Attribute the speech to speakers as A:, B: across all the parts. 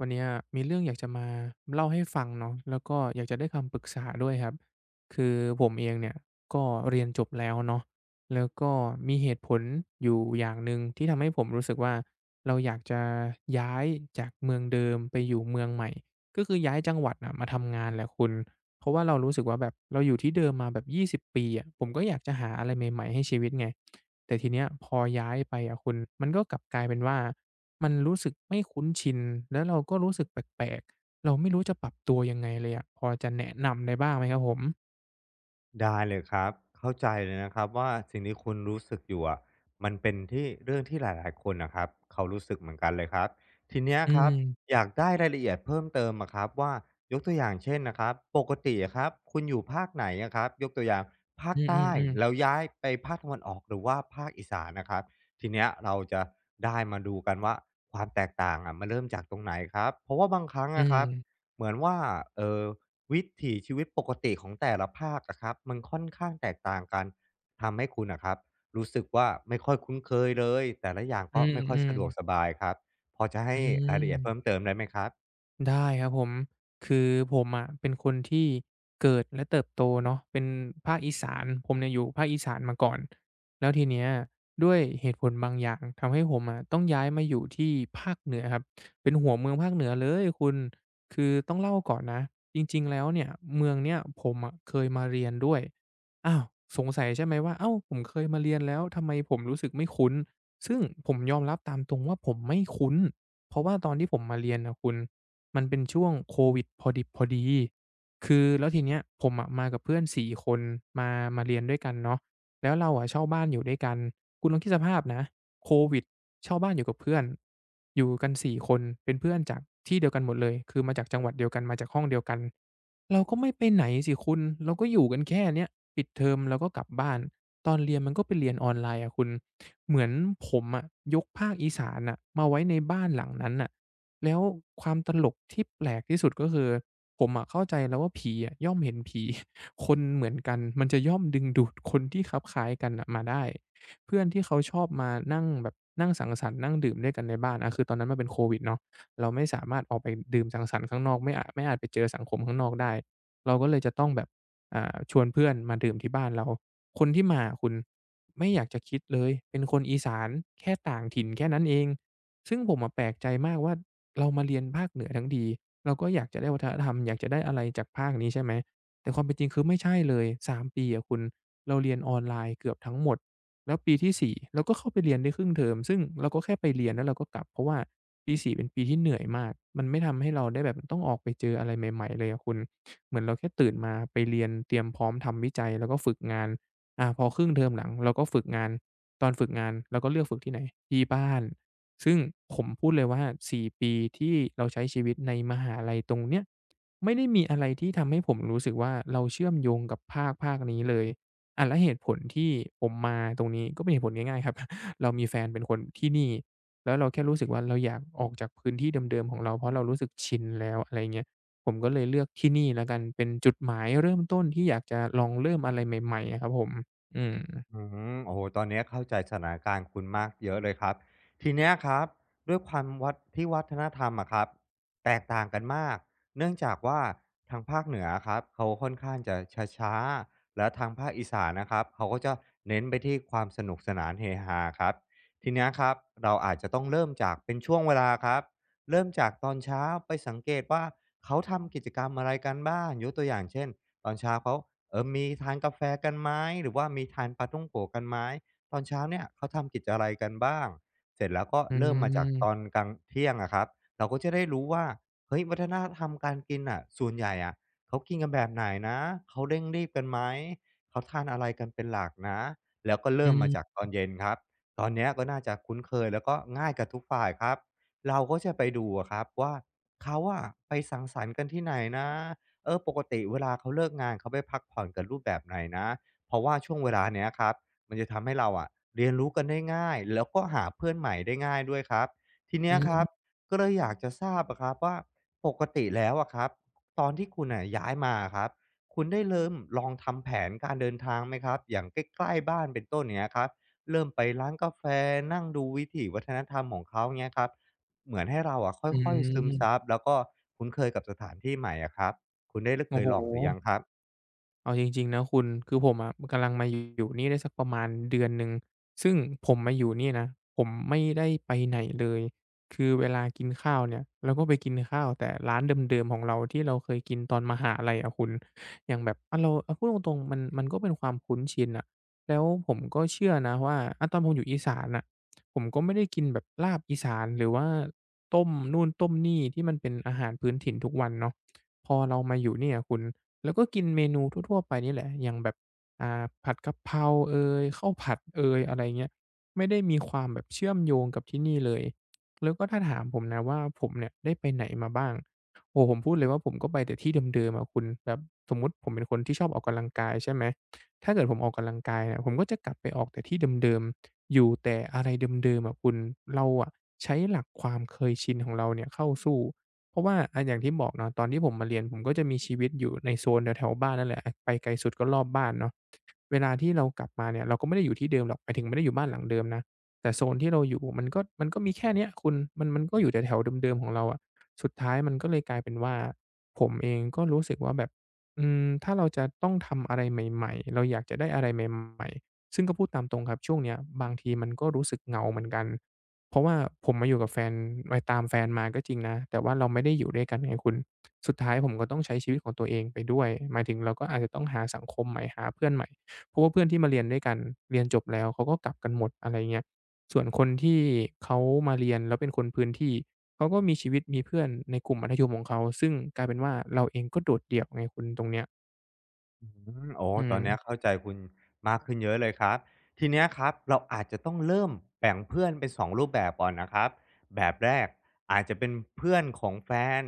A: วันเนี้ยมีเรื่องอยากจะมาเล่าให้ฟังเนาะแล้วก็อยากจะได้คำปรึกษาด้วยครับคือผมเองเนี่ยก็เรียนจบแล้วเนาะแล้วก็มีเหตุผลอยู่อย่างหนึ่งที่ทำให้ผมรู้สึกว่าเราอยากจะย้ายจากเมืองเดิมไปอยู่เมืองใหม่ก็คือย้ายจังหวัดน่ะมาทำงานแหละคุณเพราะว่าเรารู้สึกว่าแบบเราอยู่ที่เดิมมาแบบ20ปีอะผมก็อยากจะหาอะไรใหม่ๆให้ชีวิตไงแต่ทีเนี้ยพอย้ายไปอะคุณมันก็กลับกลายเป็นว่า มันรู้สึกไม่คุ้นชิน แล้วเราก็รู้สึกแปลกๆ เราไม่รู้จะปรับตัวยังไงเลยอะพอจะแนะนำได้บ้างไหมครับผม
B: ได้เลยครับเข้าใจเลยนะครับว่าสิ่งที่คุณรู้สึกอยู่อะมันเป็นที่เรื่องที่หลายๆคนนะครับเขารู้สึกเหมือนกันเลยครับทีเนี้ย
A: อื
B: ครับ
A: ม
B: อยากได้รายละเอียดเพิ่มเติมอะครับว่ายกตัวอย่างเช่นนะครับปกติอะครับคุณอยู่ภาคไหนอะครับยกตัวอย่างภาค
A: อื
B: ใต้
A: อๆ
B: แล้ว
A: ๆ
B: ย้ายไปภาคตะวันออกหรือว่าภาคอีสานนะครับทีเนี้ยเราจะได้มาดูกันว่าความแตกต่างอะมันเริ่มจากตรงไหนครับเพราะว่าบางครั้ง
A: อื
B: อะครับ
A: ม
B: เหมือนว่าเออ วิถีชีวิตปกติของแต่ละภาคอะครับมันค่อนข้างแตกต่างกันทำให้คุณอะครับรู้สึกว่าไม่ค่อยคุ้นเคยเลยแต่ละอย่าง
A: อื
B: ก็ไม่ค่อย
A: ม
B: สะดวกส
A: ๆ
B: บายครับพอจะ
A: อื
B: ให้รายละเอียดเพิ่ม
A: ม
B: เติมได้ไหมครับ
A: ได้ครับผมคือผมอ่ะเป็นคนที่เกิดและเติบโตเนาะเป็นภาคอีสานผมเนี่ยอยู่ภาคอีสานมาก่อนแล้วทีเนี้ยด้วยเหตุผลบางอย่างทำให้ผมอ่ะต้องย้ายมาอยู่ที่ภาคเหนือครับเป็นหัวเมืองภาคเหนือเลยคุณคือต้องเล่าก่อนนะจริงๆแล้วเนี่ยเมืองเนี้ยผมอ่ะเคยมาเรียนด้วยอ้าวสงสัยใช่ไหมว่าเอ้าวผมเคยมาเรียนแล้วทำไมผมรู้สึกไม่คุ้นซึ่งผมยอมรับตามตรงว่าผมไม่คุ้นเพราะว่าตอนที่ผมมาเรียนนะคุณ มันเป็นช่วงโควิดพอดิบพอดี คือแล้วทีเนี้ยผมอะมากับเพื่อน4คนมามาเรียนด้วยกันเนาะแล้วเราอะเช่าบ้านอยู่ด้วยกันคุณลองคิดสภาพนะโควิดเช่าบ้านอยู่กับเพื่อนอยู่กันสี่คนเป็นเพื่อนจากที่เดียวกันหมดเลยคือมาจากจังหวัดเดียวกันมาจากห้องเดียวกันเราก็ไม่ไปไหนสิคุณเราก็อยู่กันแค่เนี้ยปิดเทอมเราก็กลับบ้านตอนเรียนมันก็ไปเรียนออนไลน์อะคุณเหมือนผมอะยกภาคอีสานน่ะมาไว้ในบ้านหลังนั้นน่ะ แล้วความตลกที่แปลกที่สุดก็คือผมอะเข้าใจแล้วว่าผีอะย่อมเห็นผี คนเหมือนกันมันจะย่อมดึงดูดคนที่คลับคล้ายกันน่ะมาได้เพื่อนที่เขาชอบมานั่งแบบนั่งสังสรรค์นั่งดื่มด้วยกันในบ้านอะคือตอนนั้นมันเป็นโควิดเนาะเราไม่สามารถออกไปดื่มสังสรรค์ข้างนอกไม่อาจไปเจอสังคมข้างนอกได้เราก็เลยจะต้องแบบชวนเพื่อนมาดื่มที่บ้านเราคนที่มาคุณไม่อยากจะคิดเลยเป็นคนอีสานแค่ต่างถิ่นแค่นั้นเองซึ่งผมอะแปลกใจมากว่า เรามาเรียนภาคเหนือทั้งทีเราก็อยากจะได้วัฒนธรรมอยากจะได้อะไรจากภาคนี้ใช่ไหมแต่ความเป็นจริงคือไม่ใช่เลยสามปีอะคุณเราเรียนออนไลน์เกือบทั้งหมดแล้วปีที่สี่เราก็เข้าไปเรียนได้ครึ่งเทอมซึ่งเราก็แค่ไปเรียนแล้วเราก็กลับเพราะว่าปีสี่เป็นปีที่เหนื่อยมากมันไม่ทำให้เราได้แบบต้องออกไปเจออะไรใหม่ๆเลยอะคุณเหมือนเราแค่ตื่นมาไปเรียนเตรียมพร้อมทำวิจัยแล้วก็ฝึกงานพอครึ่งเทอมหลังเราก็ฝึกงานตอนฝึกงานเราก็เลือกฝึกที่ไหนที่บ้าน ซึ่งผมพูดเลยว่า4ปีที่เราใช้ชีวิตในมหาลัยตรงเนี้ยไม่ได้มีอะไรที่ทำให้ผมรู้สึกว่าเราเชื่อมโยงกับภาคนี้เลยอะแล้วเหตุผลที่ผมมาตรงนี้ก็เป็นเหตุผลง่ายๆครับ เรามีแฟนเป็นคนที่นี่แล้วเราแค่รู้สึกว่าเราอยากออกจากพื้นที่เดิมๆของเราเพราะเรารู้สึกชินแล้วอะไรเงี้ยผมก็เลยเลือกที่นี่แล้วกันเป็นจุดหมายเริ่มต้นที่อยากจะลองเริ่มอะไรใหม่ๆอะครับผมอืม
B: อืมโอ้โหตอนนี้เข้าใจสถานการณ์คุณมากเยอะเลยครับทีเนี้ยครับด้วยความวัดที่วัฒนธรรมอะครับแตกต่างกันมากเนื่องจากว่าทางภาคเหนืออครับเขาค่อนข้างจะช้าๆแล้วทางภาคอีสานนะครับเขาก็จะเน้นไปที่ความสนุกสนานเฮฮาครับทีเนี้ยครับเราอาจจะต้องเริ่มจากเป็นช่วงเวลาครับเริ่มจากตอนเช้าไปสังเกตว่าเขาทำกิจกรรมอะไรกันบ้างยกตัวอย่างเช่น ตอนเช้าเขามีทานกาแฟกันไหมหรือว่ามีทานปาท่องโกะกันไหมตอนเช้าเนี่ยเขาทำกิจอะไรกันบ้างเสร็จแล้วก็
A: อื
B: เริ่มมาจากตอน
A: ม
B: กลางเที่ยงอะครับเราก็จะได้รู้ว่าเฮ้ยวัฒนธรรมการกินอ่ะส่วนใหญ่อะเขากินกันแบบไหนนะเขาเร่งรีบกันไหมเขาทานอะไรกันเป็นหลักนะแล้วก็
A: อื
B: เริ่มมาจาก
A: ม
B: ตอนเย็นครับตอนเนี้ยก็น่าจะคุ้นเคยแล้วก็ง่ายกับทุกฝ่ายครับเราก็จะไปดูอะครับว่าเขาอะไปสังสรรค์กันที่ไหนนะ ปกติเวลาเขาเลิกงานเขาไปพักผ่อนกับรูปแบบไหนนะเพราะว่าช่วงเวลาเนี้ยครับมันจะทำให้เราอะเรียนรู้กันได้ง่ายแล้วก็หาเพื่อนใหม่ได้ง่ายด้วยครับทีเนี้
A: อื
B: ยครับ
A: ม
B: ก็เลยอยากจะทราบอะครับว่าปกติแล้วอะครับตอนที่คุณน่ะย้ายมาอะครับคุณได้เริ่มลองทำแผนการเดินทางไหมครับอย่างใกล้ๆบ้านเป็นต้นเนี้ยครับเริ่มไปร้านกาแฟนั่งดูวิถีวัฒนธรรมของเขาเงี้ยครับเหมือนให้เราอะค
A: อื
B: ่อยๆซึมซับ
A: ม
B: แล้วก็คุ้นเคยกับสถานที่ใหม่อะครับ คุณได้ล
A: โอ้
B: เคย
A: โฮ
B: ลองหรือยังครับ
A: เอาจริงๆนะคุณคือผมอะกำลังมาอยู่นี่ได้สักประมาณเดือนหนึ่งซึ่งผมมาอยู่นี่นะผมไม่ได้ไปไหนเลย คือเวลากินข้าวเนี่ยเราก็ไปกินข้าวแต่ร้านเดิมๆของเราที่เราเคยกินตอนมหาลัยอะคุณอย่างแบบอะเราเอาพูดตรงๆมันก็เป็นความคุ้นชินน่ะแล้วผมก็เชื่อนะว่าอะตอนผมอยู่อีสานน่ะผมก็ไม่ได้กินแบบลาบอีสานหรือว่าต้มนู่นต้มนี่ที่มันเป็นอาหารพื้นถิ่นทุกวันเนาะพอเรามาอยู่เนี่ยคุณ แล้วก็กินเมนูทั่วๆไปนี่แหละอย่างแบบผัดกะเพราเอยข้าวผัดเอยอะไรเงี้ยไม่ได้มีความแบบเชื่อมโยงกับที่นี่เลยแล้วก็ถ้าถามผมนะว่าผมเนี่ยได้ไปไหนมาบ้างโอ้โฮผมพูดเลยว่าผมก็ไปแต่ที่เดิมๆอะคุณแบบสมมุติผมเป็นคนที่ชอบออกกำลังกายใช่ไหมถ้าเกิดผมออกกำลังกายเนี่ยผมก็จะกลับไปออกแต่ที่เดิมๆอยู่แต่อะไรเดิมๆอะคุณเราอะใช้หลักความเคยชินของเราเนี่ยเข้าสู้ เพราะว่าอะอย่างที่บอกเนาะตอนที่ผมมาเรียนผมก็จะมีชีวิตอยู่ในโซนแถวๆบ้านนั่นแหละไปไกลสุดก็รอบบ้านเนาะเวลาที่เรากลับมาเนี่ยเราก็ไม่ได้อยู่ที่เดิมหรอกหมายถึงไม่ได้อยู่บ้านหลังเดิมนะแต่โซนที่เราอยู่มันก็มีแค่เนี้ยคุณมันก็อยู่แถวๆเดิมๆของเราอะสุดท้ายมันก็เลยกลายเป็นว่าผมเองก็รู้สึกว่าแบบอืมถ้าเราจะต้องทำอะไรใหม่ๆเราอยากจะได้อะไรใหม่ๆซึ่งก็พูดตามตรงครับช่วงเนี้ยบางทีมันก็รู้สึกเหงาเหมือนกัน เพราะว่าผมมาอยู่กับแฟนไปตามแฟนมาก็จริงนะแต่ว่าเราไม่ได้อยู่ด้วยกันไงคุณสุดท้ายผมก็ต้องใช้ชีวิตของตัวเองไปด้วยหมายถึงเราก็อาจจะต้องหาสังคมใหม่หาเพื่อนใหม่เพราะว่าเพื่อนที่มาเรียนด้วยกันเรียนจบแล้วเขาก็กลับกันหมดอะไรเงี้ยส่วนคนที่เขามาเรียนแล้วเป็นคนพื้นที่เขาก็มีชีวิตมีเพื่อนในกลุ่มมัธยมของเขาซึ่งกลายเป็นว่าเราเองก็โดดเดี่ยวไงคุณตรงเนี้ย
B: อืมโอ้
A: อื
B: ตอ
A: ม
B: นเนี้ยเข้าใจคุณมากขึ้นเยอะเลยครับ ทีเนี้ยครับเราอาจจะต้องเริ่มแบ่งเพื่อนเป็น2รูปแบบก่อนนะครับแบบแรกอาจจะเป็นเพื่อนของแฟน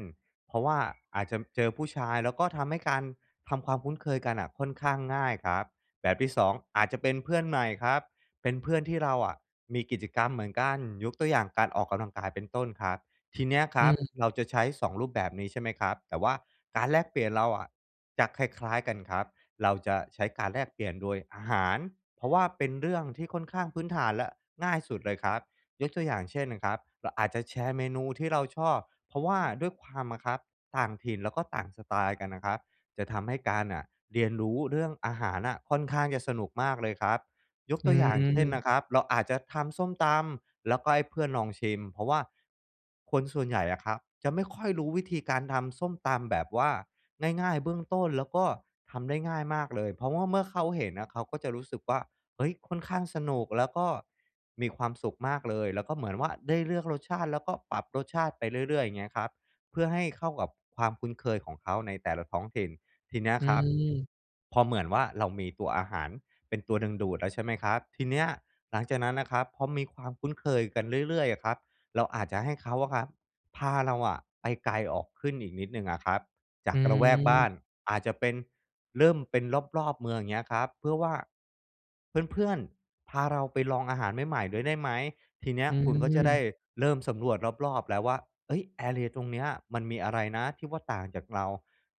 B: เพราะว่าอาจจะเจอผู้ชายแล้วก็ทำให้การทำความคุ้นเคยกันน่ะค่อนข้างง่ายครับแบบที่2องอาจจะเป็นเพื่อนใหม่ครับเป็นเพื่อนที่เราอะมีกิจกรรมเหมือนกันยกตัวอย่างการออกกำลังกายเป็นต้นครับ ทีเนี้ยค
A: อื
B: รับ
A: ม
B: เราจะใช้สองรูปแบบนี้ใช่ไหมครับแต่ว่าการแลกเปลี่ยนเราอะจะคล้ายๆกันครับเราจะใช้การแลกเปลี่ยนโดยอาหารเพราะว่าเป็นเรื่องที่ค่อนข้างพื้นฐานและง่ายสุดเลยครับยกตัวอย่างเช่นนะครับเราอาจจะแชร์เมนูที่เราชอบเพราะว่าด้วยความอะครับต่างถิ่นแล้วก็ต่างสไตล์กันนะครับจะทำให้การน่ะเรียนรู้เรื่องอาหารน่ะค่อนข้างจะสนุกมากเลยครับ ยก
A: อื
B: ตัวอย่างเช่นนะค
A: ม
B: รับเราอาจจะทำส้มตำแล้วก็ให้เพื่อนลองชิมเพราะว่าคนส่วนใหญ่อะครับจะไม่ค่อยรู้วิธีการทำส้มตำแบบว่าง่ายๆเบื้องต้นแล้วก็ทำได้ง่ายมากเลยเพราะว่าเมื่อเขาเห็นนะเขาก็จะรู้สึกว่าเฮ้ยค่อนข้างสนุกแล้วก็มีความสุขมากเลยแล้วก็เหมือนว่าได้เลือกรสชาติแล้วก็ปรับรสชาติไปเรื่อยๆอย่างเงี้ยครับเพื่อให้เข้ากับความคุ้นเคยของเขาในแต่ละท้องถิ่นทีเนี้ย
A: อื
B: ครับ
A: ม
B: พอเหมือนว่าเรามีตัวอาหาร เป็นตัวดึงดูดแล้วใช่ไหมครับทีเนี้ยหลังจากนั้นนะครับพอมีความคุ้นเคยกันเรื่อยๆอะครับเราอาจจะให้เขาอะครับพาเราอะไปไกลออกขึ้นอีกนิดหนึ่งอะครับจา
A: อื
B: กระแวกบ้าน
A: ม
B: อาจจะเป็นเริ่มเป็นรอบๆเมืองอย่างเงี้ยครับเพื่อว่าเพื่อนๆพาเราไปลองอาหารใหม่ๆด้วยได้ไหมทีเนี้ย
A: อื
B: คุณก็จะได้
A: ม
B: เริ่มสำรวจรอบๆแล้วว่าเอ้ยแอเรียตรงเนี้ยมันมีอะไรนะที่ว่าต่างจากเรา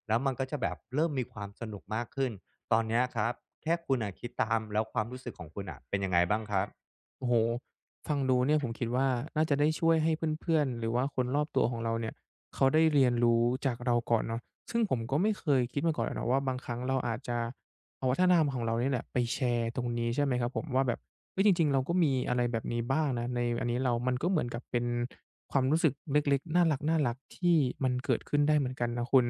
B: แล้วมันก็จะแบบเริ่มมีความสนุกมากขึ้น ตอนเนี้ยครับแค่คุณน่ะคิดตามแล้วความรู้สึกของคุณน่ะเป็นยังไงบ้างครับ
A: โอ้โฮฟังดูเนี่ยผมคิดว่าน่าจะได้ช่วยให้เพื่อนๆหรือว่าคนรอบตัวของเราเนี่ยเขาได้เรียนรู้จากเราก่อนเนาะซึ่งผมก็ไม่เคยคิดมาก่อนเลยเนาะว่าบางครั้งเราอาจจะเอาวัฒนธรรมของเราเนี่ยแหละไปแชร์ตรงนี้ใช่ไหมครับผมว่าแบบเฮ้ยจริงๆเราก็มีอะไรแบบนี้บ้างนะในอันนี้เรามันก็เหมือนกับเป็นความรู้สึกเล็กๆน่ารักๆที่มันเกิดขึ้นได้เหมือนกันนะคุณ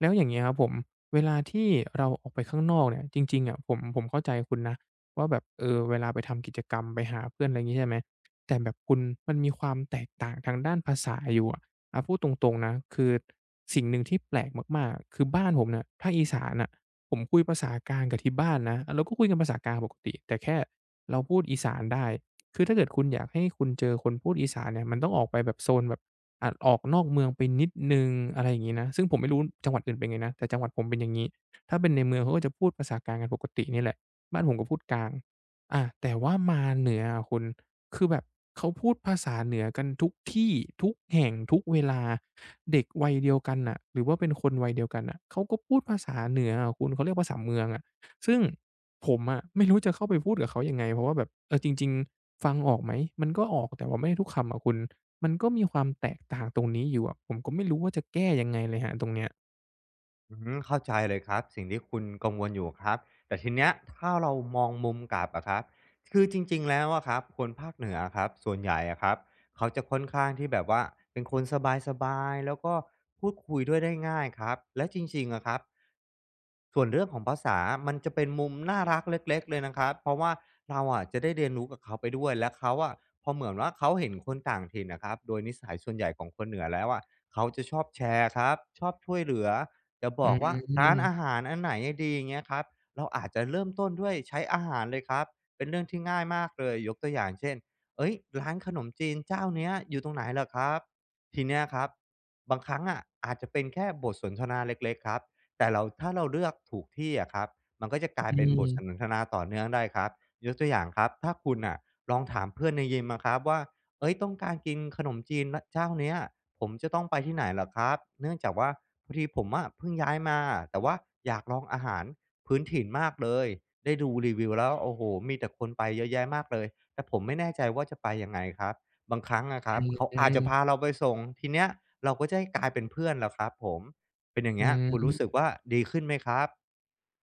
A: แล้วอย่างเงี้ยครับผมเวลาที่เราออกไปข้างนอกเนี่ยจริงๆอะผมเข้าใจคุณนะ ว่าแบบเออเวลาไปทำกิจกรรมไปหาเพื่อนอะไรงี้ใช่ไหมแต่แบบคุณมันมีความแตกต่างทางด้านภาษาอยู่อะอาพูดตรงๆนะคือสิ่งหนึ่งที่แปลกมากๆคือบ้านผมเนี่ยภาคอีสานน่ะผมคุยภาษากลางกับที่บ้านนะเราก็คุยกันภาษากลางปกติแต่แค่เราพูดอีสานได้คือถ้าเกิดคุณอยากให้คุณเจอคนพูดอีสานเนี่ยมันต้องออกไปแบบโซนแบบอาออกนอกเมืองไปนิดหนึ่งอะไรอย่างงี้นะซึ่งผมไม่รู้จังหวัดอื่นเป็นไงนะแต่จังหวัดผมเป็นอย่างงี้ถ้าเป็นในเมืองเขาก็จะพูดภาษากลางกันปกตินี่แหละ บ้านผมก็พูดกลางอาแต่ว่ามาเหนืออะคุณคือแบบเขาพูดภาษาเหนือกันทุกที่ทุกแห่งทุกเวลาเด็กวัยเดียวกันน่ะหรือว่าเป็นคนวัยเดียวกันน่ะเขาก็พูดภาษาเหนืออะคุณเขาเรียกภาษาเมืองอะซึ่งผมอะไม่รู้จะเข้าไปพูดกับเขายังไงเพราะว่าแบบเออจริงๆฟังออกไหมมันก็ออกแต่ว่าไม่ได้ทุกคำอะคุณมันก็มีความแตกต่างตรงนี้อยู่อะผมก็ไม่รู้ว่าจะแก้ยังไงเลยครับตรงเนี้ย
B: อือเข้าใจเลยครับสิ่งที่คุณกังวลอยู่ครับแต่ทีเนี้ยถ้าเรามองมุมกลับอะครับคือจริงๆแล้วอะครับคนภาคเหนืออะครับส่วนใหญ่อะครับเขาจะค่อนข้างที่แบบว่าเป็นคนสบายๆแล้วก็พูดคุยด้วยได้ง่ายครับแล้วจริงๆอะครับ ส่วนเรื่องของภาษามันจะเป็นมุมน่ารักเล็กๆเลยนะครับเพราะว่าเราอะจะได้เรียนรู้กับเขาไปด้วย และเขาอะพอเหมือนว่าเขาเห็นคนต่างถิ่นน่ะครับ โดยนิสัยส่วนใหญ่ของคนเหนือแล้วอะเขาจะชอบแชร์ครับ ชอบช่วยเหลือจะบ
A: อื
B: อกว่าร้านอา
A: ม
B: หารอันไหนอะดีอย่างเงี้ยครับเราอาจจะเริ่มต้นด้วยใช้อาหารเลยครับ เป็นเรื่องที่ง่ายมากเลย ยกตัวอย่างเช่นเฮ้ยร้านขนมจีนเจ้าเนี้ยอยู่ตรงไหนเหรอครับทีเนี้ยครับบางครั้งอะอาจจะเป็นแค่บทสนทนาเล็กๆครับ แต่เราถ้าเราเลือกถูกที่อะครับมันก็จะกลาย
A: อื
B: เป็นบทส
A: ม
B: นทนาต่อเนื่องได้ครับยกตัวอย่างครับถ้าคุณน่ะลองถามเพื่อนในยิมอะครับว่าเอ้ยต้องการกินขนมจีนรเจ้าเนี้ยผมจะต้องไปที่ไหนเหรอครับเนื่องจากว่าพอดีผมอะเพิ่งย้ายมาแต่ว่าอยากลองอาหารพื้นถิ่นมากเลยได้ดูรีวิวแล้วโอ้โฮมีแต่คนไปเยอะแยะมากเลยแต่ผมไม่แน่ใจว่าจะไปยังไงครับบางครั้งอะค
A: อื
B: รับ
A: ม
B: เขา
A: อื
B: อาจจะพา
A: ม
B: เราไปส่งทีเนี้ยเราก็จะได้กลายเป็นเพื่อนแล้วครับผม เป็นอย่าง
A: อื
B: เงี้ยคุณรู้สึก
A: ม
B: ว่าดีขึ้นไหมครับ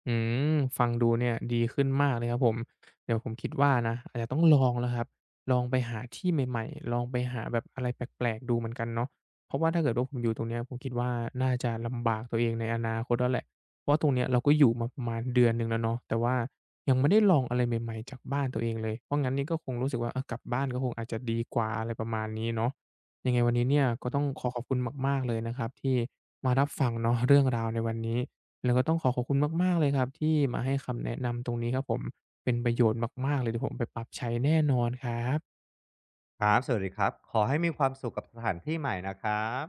A: อืมฟังดูเนี่ยดีขึ้นมากเลยครับผมเดี๋ยวผมคิดว่านะอาจจะต้องลองแล้วครับลองไปหาที่ใหม่ๆลองไปหาแบบอะไรแปลกๆดูเหมือนกันเนาะเพราะว่าถ้าเกิดว่าผมอยู่ตรงเนี้ยผมคิดว่าน่าจะลำบากตัวเองในอนาคตแล้วแหละเพราะตรงเนี้ยเราก็อยู่มาประมาณเดือนหนึ่งแล้วเนาะแต่ว่ายังไม่ได้ลองอะไรใหม่ๆจากบ้านตัวเองเลยเพราะงั้นนี่ก็คงรู้สึกว่าเออกลับบ้านก็คงอาจจะดีกว่าอะไรประมาณนี้เนาะยังไงวันนี้เนี่ยก็
B: อื
A: ต้อง
B: ม
A: ขอขอบคุณมากๆเลยนะครับที่มารับฟังเนาะเรื่องราวในวันนี้ แล้วก็ต้องขอขอบคุณมากๆเลยครับที่มาให้คำแนะนำตรงนี้ครับผมเป็นประโยชน์มากๆเลยเดี๋ยวผมไปปรับใช้แน่นอนครับ
B: ครับสวัสดีครับ ขอให้มีความสุขกับสถานที่ใหม่นะครับ